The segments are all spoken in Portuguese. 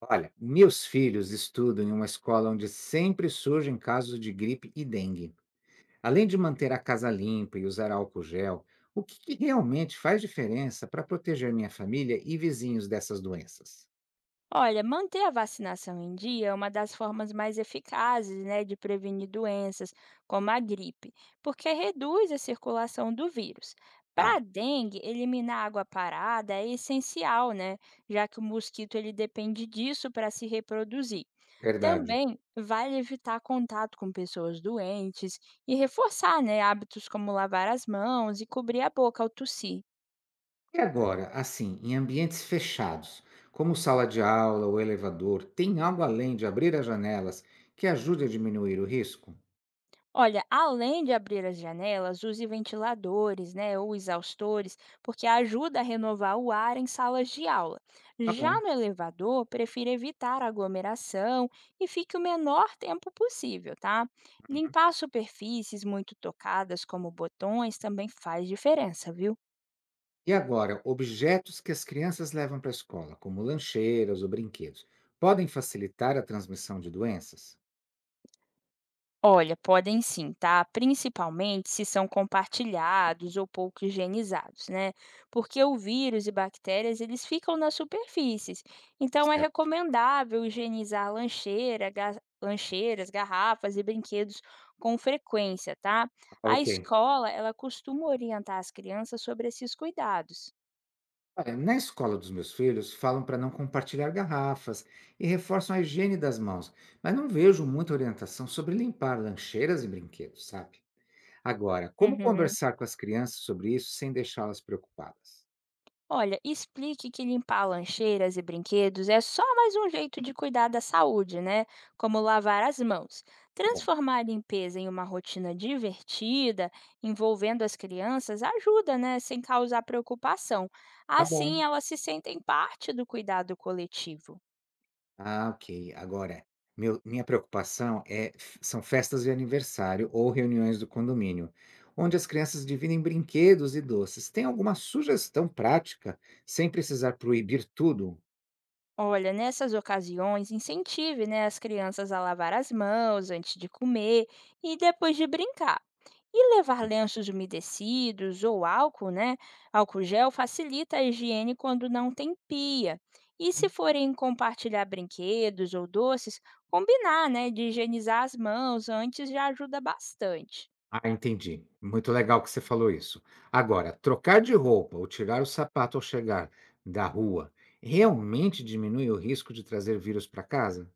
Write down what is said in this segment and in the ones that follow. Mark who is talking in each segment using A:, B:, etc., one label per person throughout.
A: Olha, meus filhos estudam em uma escola onde sempre surgem casos de gripe e dengue. Além de manter a casa limpa e usar álcool gel, o que realmente faz diferença para proteger minha família e vizinhos dessas doenças?
B: Olha, manter a vacinação em dia é uma das formas mais eficazes, né, de prevenir doenças como a gripe, porque reduz a circulação do vírus.
A: Ah,
B: Para a dengue, eliminar água parada é essencial, né, já que o mosquito ele depende disso para se reproduzir.
A: verdade.
B: Também vale evitar contato com pessoas doentes e reforçar, né, hábitos como lavar as mãos e cobrir a boca ao tossir.
A: E agora, assim, em ambientes fechados, como sala de aula ou elevador, tem algo além de abrir as janelas que ajude a diminuir o risco?
B: Olha, além de abrir as janelas, use ventiladores, né, ou exaustores, porque ajuda a renovar o ar em salas de aula.
A: Tá
B: Já
A: bom.
B: no elevador, prefira evitar aglomeração e fique o menor tempo possível, tá? Limpar superfícies muito tocadas, como botões, também faz diferença, viu?
A: E agora, objetos que as crianças levam para a escola, como lancheiras ou brinquedos, podem facilitar a transmissão de doenças?
B: Olha, podem sim, tá? Principalmente se são compartilhados ou pouco higienizados, né? Porque o vírus e bactérias, eles ficam nas superfícies. Então, é
A: Certo.
B: recomendável higienizar lancheira, lancheiras, garrafas e brinquedos com frequência, tá? A
A: Ok.
B: escola, ela costuma orientar as crianças sobre esses cuidados.
A: Olha, na escola dos meus filhos, falam para não compartilhar garrafas e reforçam a higiene das mãos, mas não vejo muita orientação sobre limpar lancheiras e brinquedos, sabe? Agora, como
B: Uhum.
A: conversar com as crianças sobre isso sem deixá-las preocupadas?
B: Olha, explique que limpar lancheiras e brinquedos é só mais um jeito de cuidar da saúde, né? Como lavar as mãos.
A: Tá bom.
B: Transformar a limpeza em uma rotina divertida, envolvendo as crianças, ajuda, né? Sem causar preocupação.
A: Tá bom.
B: Assim, elas se sentem parte do cuidado coletivo.
A: Ah, ok. Agora, meu minha preocupação é f são festas de aniversário ou reuniões do condomínio, onde as crianças dividem brinquedos e doces. Tem alguma sugestão prática, sem precisar proibir tudo?
B: Olha, nessas ocasiões, incentive, né, as crianças a lavar as mãos antes de comer e depois de brincar. E levar lenços umedecidos ou álcool, né? Álcool gel facilita a higiene quando não tem pia. E se forem compartilhar brinquedos ou doces, combinar, né, de higienizar as mãos antes já ajuda bastante.
A: Ah, entendi. Muito legal que você falou isso. Agora, trocar de roupa ou tirar o sapato ao chegar da rua, realmente diminui o risco de trazer vírus para casa?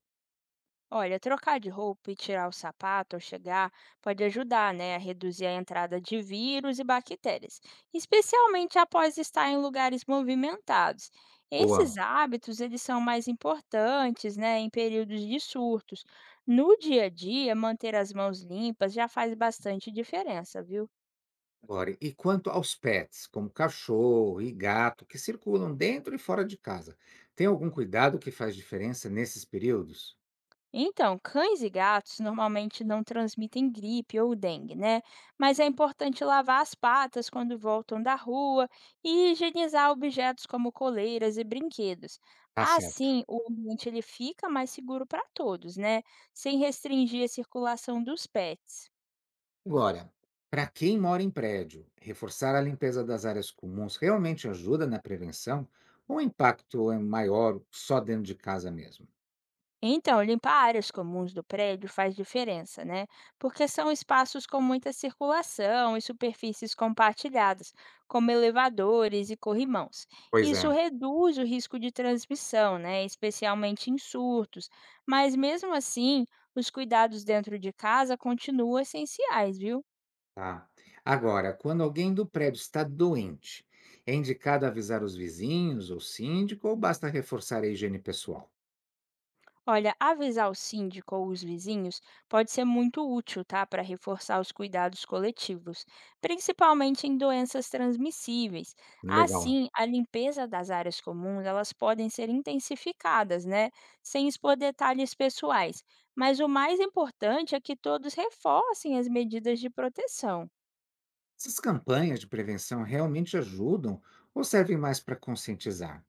B: Olha, trocar de roupa e tirar o sapato ao chegar pode ajudar, né, a reduzir a entrada de vírus e bactérias, especialmente após estar em lugares movimentados. Esses
A: Boa.
B: hábitos, eles são mais importantes, né, em períodos de surtos. No dia a dia, manter as mãos limpas já faz bastante diferença, viu?
A: Agora, e quanto aos pets, como cachorro e gato, que circulam dentro e fora de casa, tem algum cuidado que faz diferença nesses períodos?
B: Então, cães e gatos normalmente não transmitem gripe ou dengue, né? Mas é importante lavar as patas quando voltam da rua e higienizar objetos como coleiras e brinquedos.
A: Tá certo.
B: Assim, o ambiente ele fica mais seguro para todos, né? Sem restringir a circulação dos pets.
A: Agora, para quem mora em prédio, reforçar a limpeza das áreas comuns realmente ajuda na prevenção ou o impacto é maior só dentro de casa mesmo?
B: Então, limpar áreas comuns do prédio faz diferença, né? Porque são espaços com muita circulação e superfícies compartilhadas, como elevadores e corrimãos.
A: Pois
B: Isso
A: é.
B: reduz o risco de transmissão, né? Especialmente em surtos. Mas mesmo assim, os cuidados dentro de casa continuam essenciais, viu?
A: Tá. Agora, quando alguém do prédio está doente, é indicado avisar os vizinhos ou síndico ou basta reforçar a higiene pessoal?
B: Olha, avisar o síndico ou os vizinhos pode ser muito útil, tá, para reforçar os cuidados coletivos, principalmente em doenças transmissíveis.
A: Legal.
B: Assim, a limpeza das áreas comuns, elas podem ser intensificadas, né, sem expor detalhes pessoais. Mas o mais importante é que todos reforcem as medidas de proteção.
A: Essas campanhas de prevenção realmente ajudam ou servem mais para conscientizar?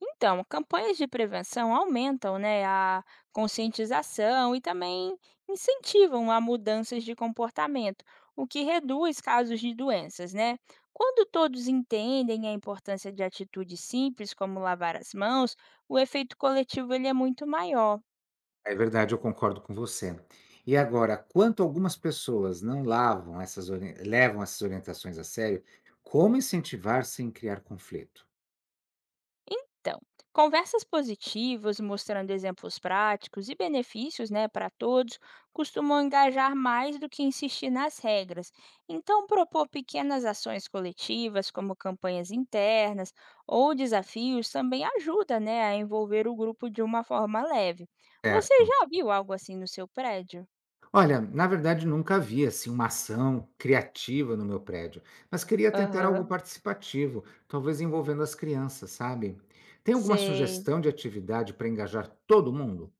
B: Então, campanhas de prevenção aumentam, né, a conscientização e também incentivam a mudanças de comportamento, o que reduz casos de doenças, né? Quando todos entendem a importância de atitudes simples, como lavar as mãos, o efeito coletivo ele é muito maior.
A: É verdade, eu concordo com você. E agora, quanto algumas pessoas não lavam essas levam essas orientações a sério, como incentivar sem criar conflito?
B: Então, conversas positivas, mostrando exemplos práticos e benefícios, né, para todos, costumam engajar mais do que insistir nas regras. Então, propor pequenas ações coletivas, como campanhas internas ou desafios, também ajuda, né, a envolver o grupo de uma forma leve. Você
A: Certo.
B: já viu algo assim no seu prédio?
A: Olha, na verdade nunca havia assim uma ação criativa no meu prédio, mas queria tentar algo
B: Aham,
A: participativo, talvez envolvendo as crianças, sabe? Tem alguma
B: sei.
A: sugestão de atividade para engajar todo mundo?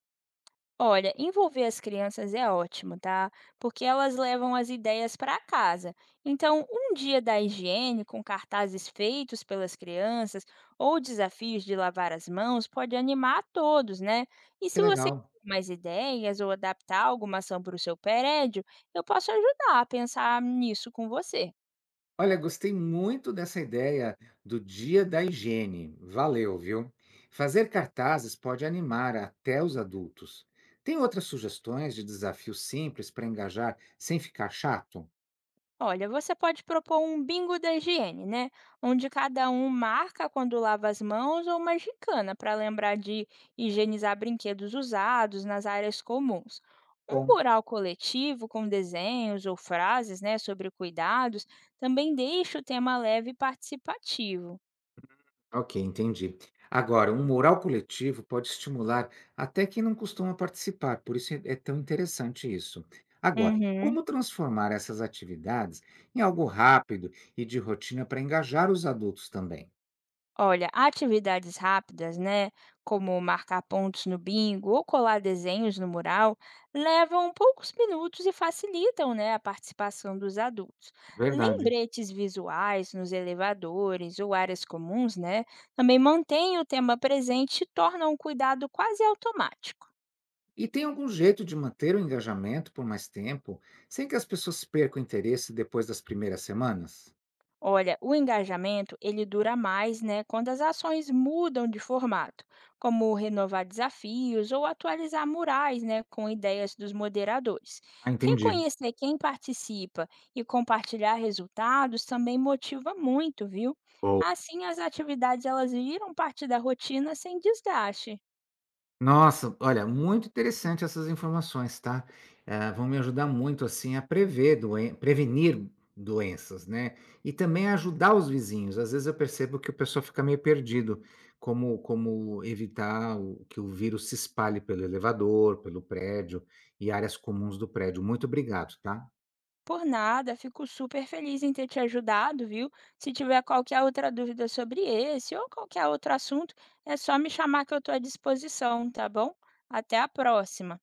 B: Olha, envolver as crianças é ótimo, tá? Porque elas levam as ideias para casa. Então, um dia da higiene com cartazes feitos pelas crianças ou desafios de lavar as mãos pode animar a todos, né? E
A: Que
B: se você
A: legal.
B: tem mais ideias ou adaptar alguma ação para o seu prédio, eu posso ajudar a pensar nisso com você.
A: Olha, gostei muito dessa ideia do Dia da Higiene. Valeu, viu? Fazer cartazes pode animar até os adultos. Tem outras sugestões de desafios simples para engajar sem ficar chato?
B: Olha, você pode propor um bingo da higiene, né? Onde cada um marca quando lava as mãos ou uma gincana para lembrar de higienizar brinquedos usados nas áreas comuns. Um
A: Bom,
B: mural coletivo com desenhos ou frases, né, sobre cuidados também deixa o tema leve e participativo.
A: ok, entendi. Agora, um mural coletivo pode estimular até quem não costuma participar, por isso é tão interessante isso. Agora,
B: Uhum.
A: como transformar essas atividades em algo rápido e de rotina para engajar os adultos também?
B: Olha, atividades rápidas, né, como marcar pontos no bingo ou colar desenhos no mural, levam poucos minutos e facilitam, né, a participação dos adultos.
A: Verdade.
B: Lembretes visuais nos elevadores ou áreas comuns, né, também mantêm o tema presente e tornam o cuidado quase automático.
A: E tem algum jeito de manter o engajamento por mais tempo, sem que as pessoas percam o interesse depois das primeiras semanas?
B: Olha, o engajamento ele dura mais, né, quando as ações mudam de formato, como renovar desafios ou atualizar murais, né, com ideias dos moderadores.
A: Ah, entendi.
B: Reconhecer quem participa e compartilhar resultados também motiva muito, viu?
A: Boa.
B: Assim, as atividades elas viram parte da rotina sem desgaste.
A: Nossa, olha, muito interessante essas informações, tá? Vão me ajudar muito assim a prever doen prevenir doenças, né? E também ajudar os vizinhos. Às vezes eu percebo que o pessoal fica meio perdido, como evitar o que o vírus se espalhe pelo elevador, pelo prédio e áreas comuns do prédio. Muito obrigado, tá?
B: Por nada, fico super feliz em ter te ajudado, viu? Se tiver qualquer outra dúvida sobre esse ou qualquer outro assunto, é só me chamar que eu estou à disposição, tá bom? Até a próxima!